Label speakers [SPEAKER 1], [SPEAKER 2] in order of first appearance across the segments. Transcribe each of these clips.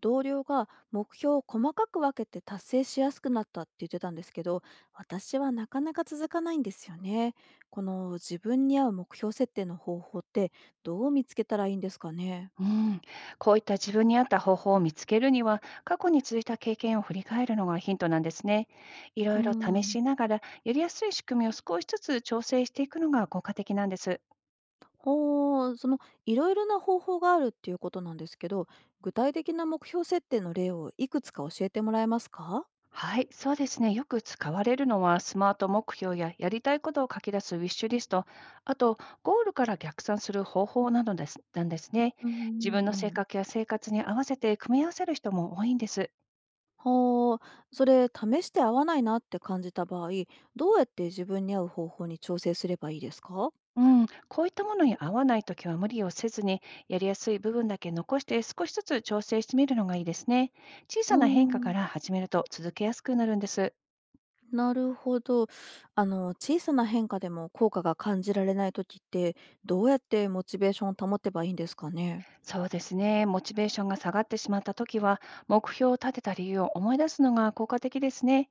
[SPEAKER 1] 同僚が目標を細かく分けて達成しやすくなったって言ってたんですけど、私はなかなか続かないんですよね。この自分に合う目標設定の方法ってどう見つけたらいいんですかね？
[SPEAKER 2] うん、こういった自分に合った方法を見つけるには、過去に続いた経験を振り返るのがヒントなんですね。い
[SPEAKER 1] う
[SPEAKER 2] ろ
[SPEAKER 1] ー
[SPEAKER 2] いろ試
[SPEAKER 1] ん、
[SPEAKER 2] しながら、やりやすい仕組みを少しずつ調整していくのが効果的なんです。
[SPEAKER 1] ほう、いろいろな方法があるっていうことなんですけど、具体的な目標設定の例をいくつか教えてもらえますか？
[SPEAKER 2] はい、そうですね。よく使われるのは、スマート目標ややりたいことを書き出すウィッシュリスト、あと、ゴールから逆算する方法などですなんですね。
[SPEAKER 1] うん
[SPEAKER 2] 自
[SPEAKER 1] うん。
[SPEAKER 2] 分の
[SPEAKER 1] う
[SPEAKER 2] 性
[SPEAKER 1] ん、
[SPEAKER 2] 格や生活に合わせて組み合わせる人も多いんです。
[SPEAKER 1] ほう、それ試して合わないなって感じた場合、どうやって自分に合う方法に調整すればいいですか？
[SPEAKER 2] うん、こういったものに合わないときは無理をせずに、やりやすい部分だけ残して少しずつ調整してみるのがいいですね。小
[SPEAKER 1] うー
[SPEAKER 2] さな変化
[SPEAKER 1] ん、
[SPEAKER 2] から始めると続けやすくなるんです。
[SPEAKER 1] なるほど。あの、小さな変化でも効果が感じられない時って、どうやってモチベーションを保てばいいんですかね？
[SPEAKER 2] そうですね。モチベーションが下がってしまったときは、目標を立てた理由を思い出すのが効果的ですね。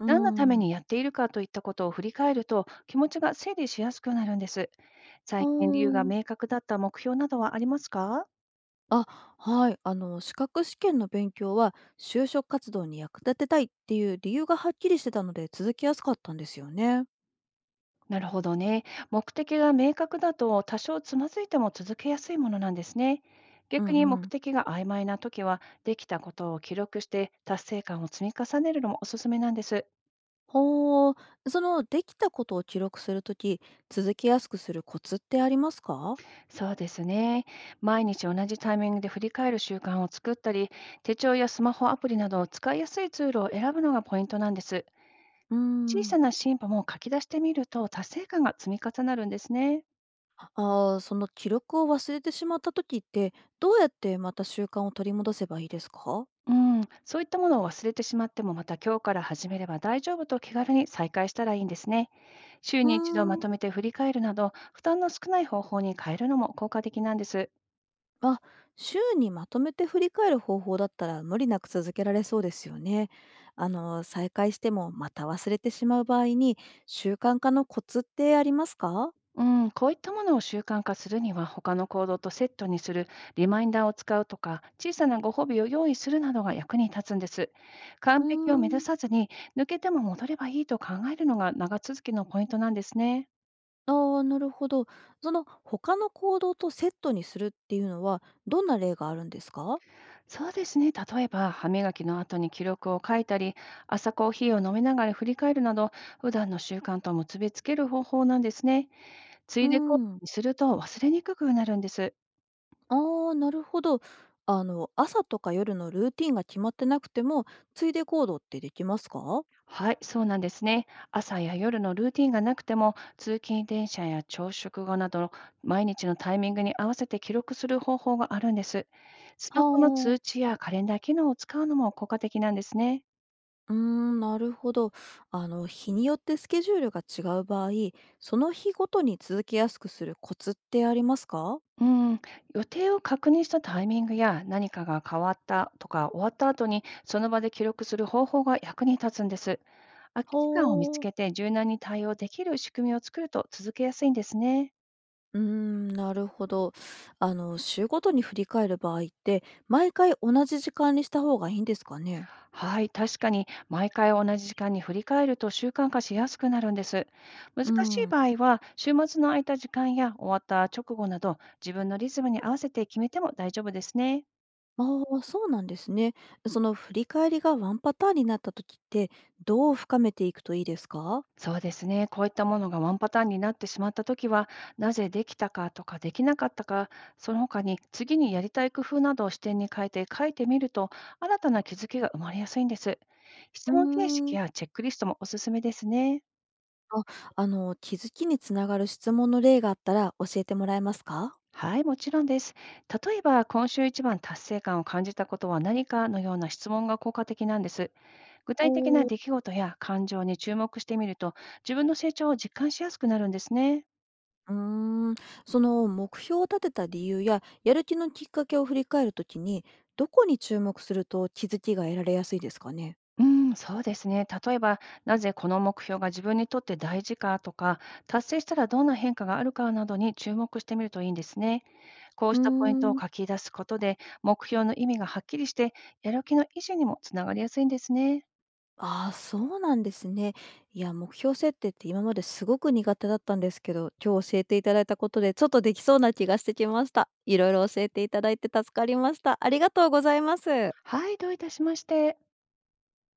[SPEAKER 1] うー
[SPEAKER 2] 何のため
[SPEAKER 1] ん。
[SPEAKER 2] にやっているかといったことを振り返ると、気持ちが整理しやすくなるんです。
[SPEAKER 1] う
[SPEAKER 2] 最近理由が
[SPEAKER 1] ーん。
[SPEAKER 2] 明確だった目標などはありますか。
[SPEAKER 1] あ、はい。あの、資格試験の勉強は、就職活動に役立てたいっていう理由がはっきりしてたので、続きやすかったんですよね。
[SPEAKER 2] なるほどね。目的が明確だと多少つまずいても続けやすいものなんですね。
[SPEAKER 1] うん
[SPEAKER 2] 逆に
[SPEAKER 1] う
[SPEAKER 2] 目
[SPEAKER 1] ん。
[SPEAKER 2] 的が曖昧な時は、できたことを記録して達成感を積み重ねるのもおすすめなんです。
[SPEAKER 1] ほう。できたことを記録する時、続けやすくするコツってありますか？
[SPEAKER 2] そうですね。毎日同じタイミングで振り返る習慣を作ったり、手帳やスマホアプリなど使いやすいツールを選ぶのがポイントなんです。
[SPEAKER 1] うー
[SPEAKER 2] 小
[SPEAKER 1] ん。
[SPEAKER 2] さな進歩も書き出してみると達成感が積み重なるんですね。
[SPEAKER 1] ああ、その記録を忘れてしまった時って、どうやってまた習慣を取り戻せばいいですか？
[SPEAKER 2] うん、そういったものを忘れてしまっても、また今日から始めれば大丈夫と気軽に再開したらいいんですね。週
[SPEAKER 1] う
[SPEAKER 2] に一度ま
[SPEAKER 1] ーん、
[SPEAKER 2] とめて振り返るなど、負担の少ない方法に変えるのも効果的なんです。
[SPEAKER 1] あ、週にまとめて振り返る方法だったら無理なく続けられそうですよね。あの、再開してもまた忘れてしまう場合に、習慣化のコツってありますか？
[SPEAKER 2] うん、こういったものを習慣化するには、他の行動とセットにする、リマインダーを使うとか、小さなご褒美を用意するなどが役に立つんです。
[SPEAKER 1] う
[SPEAKER 2] 完璧を
[SPEAKER 1] ー
[SPEAKER 2] 目指
[SPEAKER 1] ん。
[SPEAKER 2] さずに、抜けても戻ればいいと考えるのが長続きのポイントなんですね。
[SPEAKER 1] ああ、なるほど。その他の行動とセットにするっていうのは、どんな例があるんですか？
[SPEAKER 2] そうですね。例えば、歯磨きの後に記録を書いたり、朝コーヒーを飲みながら振り返るなど、普段の習慣と結びつける方法なんですね。つ
[SPEAKER 1] うー
[SPEAKER 2] いでこ
[SPEAKER 1] ん。
[SPEAKER 2] うにすると忘れにくくなるんです。
[SPEAKER 1] ああ、なるほど。あの、朝とか夜のルーティンが決まってなくても、ついで行動ってできますかは。
[SPEAKER 2] はい、そうなんですね。朝や夜のルーティンがなくても、通勤電車や朝食後など、毎日のタイミングに合わせて記録する方法があるんです。スマホの通
[SPEAKER 1] あ。
[SPEAKER 2] 知やカレンダー機能を使うのも効果的なんですね。
[SPEAKER 1] うーん、なるほど。あの、日によってスケジュールが違う場合、その日ごとに続けやすくするコツってありますか？
[SPEAKER 2] うん、予定を確認したタイミングや何かが変わったとか終わった後にその場で記録する方法が役に立つんです。空き時間を見つ
[SPEAKER 1] ほう。
[SPEAKER 2] けて柔軟に対応できる仕組みを作ると続けやすいんですね。
[SPEAKER 1] うーん、なるほど。あの、週ごとに振り返る場合って、毎回同じ時間にした方がいいんですかね？
[SPEAKER 2] はい、確かに毎回同じ時間に振り返ると習慣化しやすくなるんです。難
[SPEAKER 1] う
[SPEAKER 2] しい
[SPEAKER 1] ん。
[SPEAKER 2] 場合は週末の空いた時間や終わった直後など、自分のリズムに合わせて決めても大丈夫ですね。
[SPEAKER 1] ああ、そうなんですね。その振り返りがワンパターンになった時って、どう深めていくといいですか？
[SPEAKER 2] そうですね。こういったものがワンパターンになってしまったときは、なぜできたかとかできなかったか、その他に次にやりたい工夫などを視点に変えて書いてみると、新たな気づきが生まれやすいんです。
[SPEAKER 1] う
[SPEAKER 2] 質問形
[SPEAKER 1] ー
[SPEAKER 2] 式
[SPEAKER 1] ん。
[SPEAKER 2] やチェックリストもおすすめですね。
[SPEAKER 1] あ、あの、気づきにつながる質問の例があったら教えてもらえますか？
[SPEAKER 2] はい、もちろんです。例えば、今週一番達成感を感じたことは何かのような質問が効果的なんです。具
[SPEAKER 1] お
[SPEAKER 2] 体的な
[SPEAKER 1] お。
[SPEAKER 2] 出来事や感情に注目してみると、自分の成長を実感しやすくなるんですね。
[SPEAKER 1] うーん、その目標を立てた理由や、やる気のきっかけを振り返る時に、どこに注目すると気づきが得られやすいですかね？
[SPEAKER 2] うん、そうですね。例えば、なぜこの目標が自分にとって大事かとか、達成したらどんな変化があるかなどに注目してみるといいんですね。こう
[SPEAKER 1] うー
[SPEAKER 2] したポイントを
[SPEAKER 1] ん。
[SPEAKER 2] 書き出すことで、目標の意味がはっきりして、やる気の維持にもつながりやすいんですね。
[SPEAKER 1] ああ、そうなんですね。いや、目標設定って今まですごく苦手だったんですけど、今日教えていただいたことでちょっとできそうな気がしてきました。いろいろ教えていただいて助かりました。ありがとうございます。
[SPEAKER 2] はい、どういたしまして。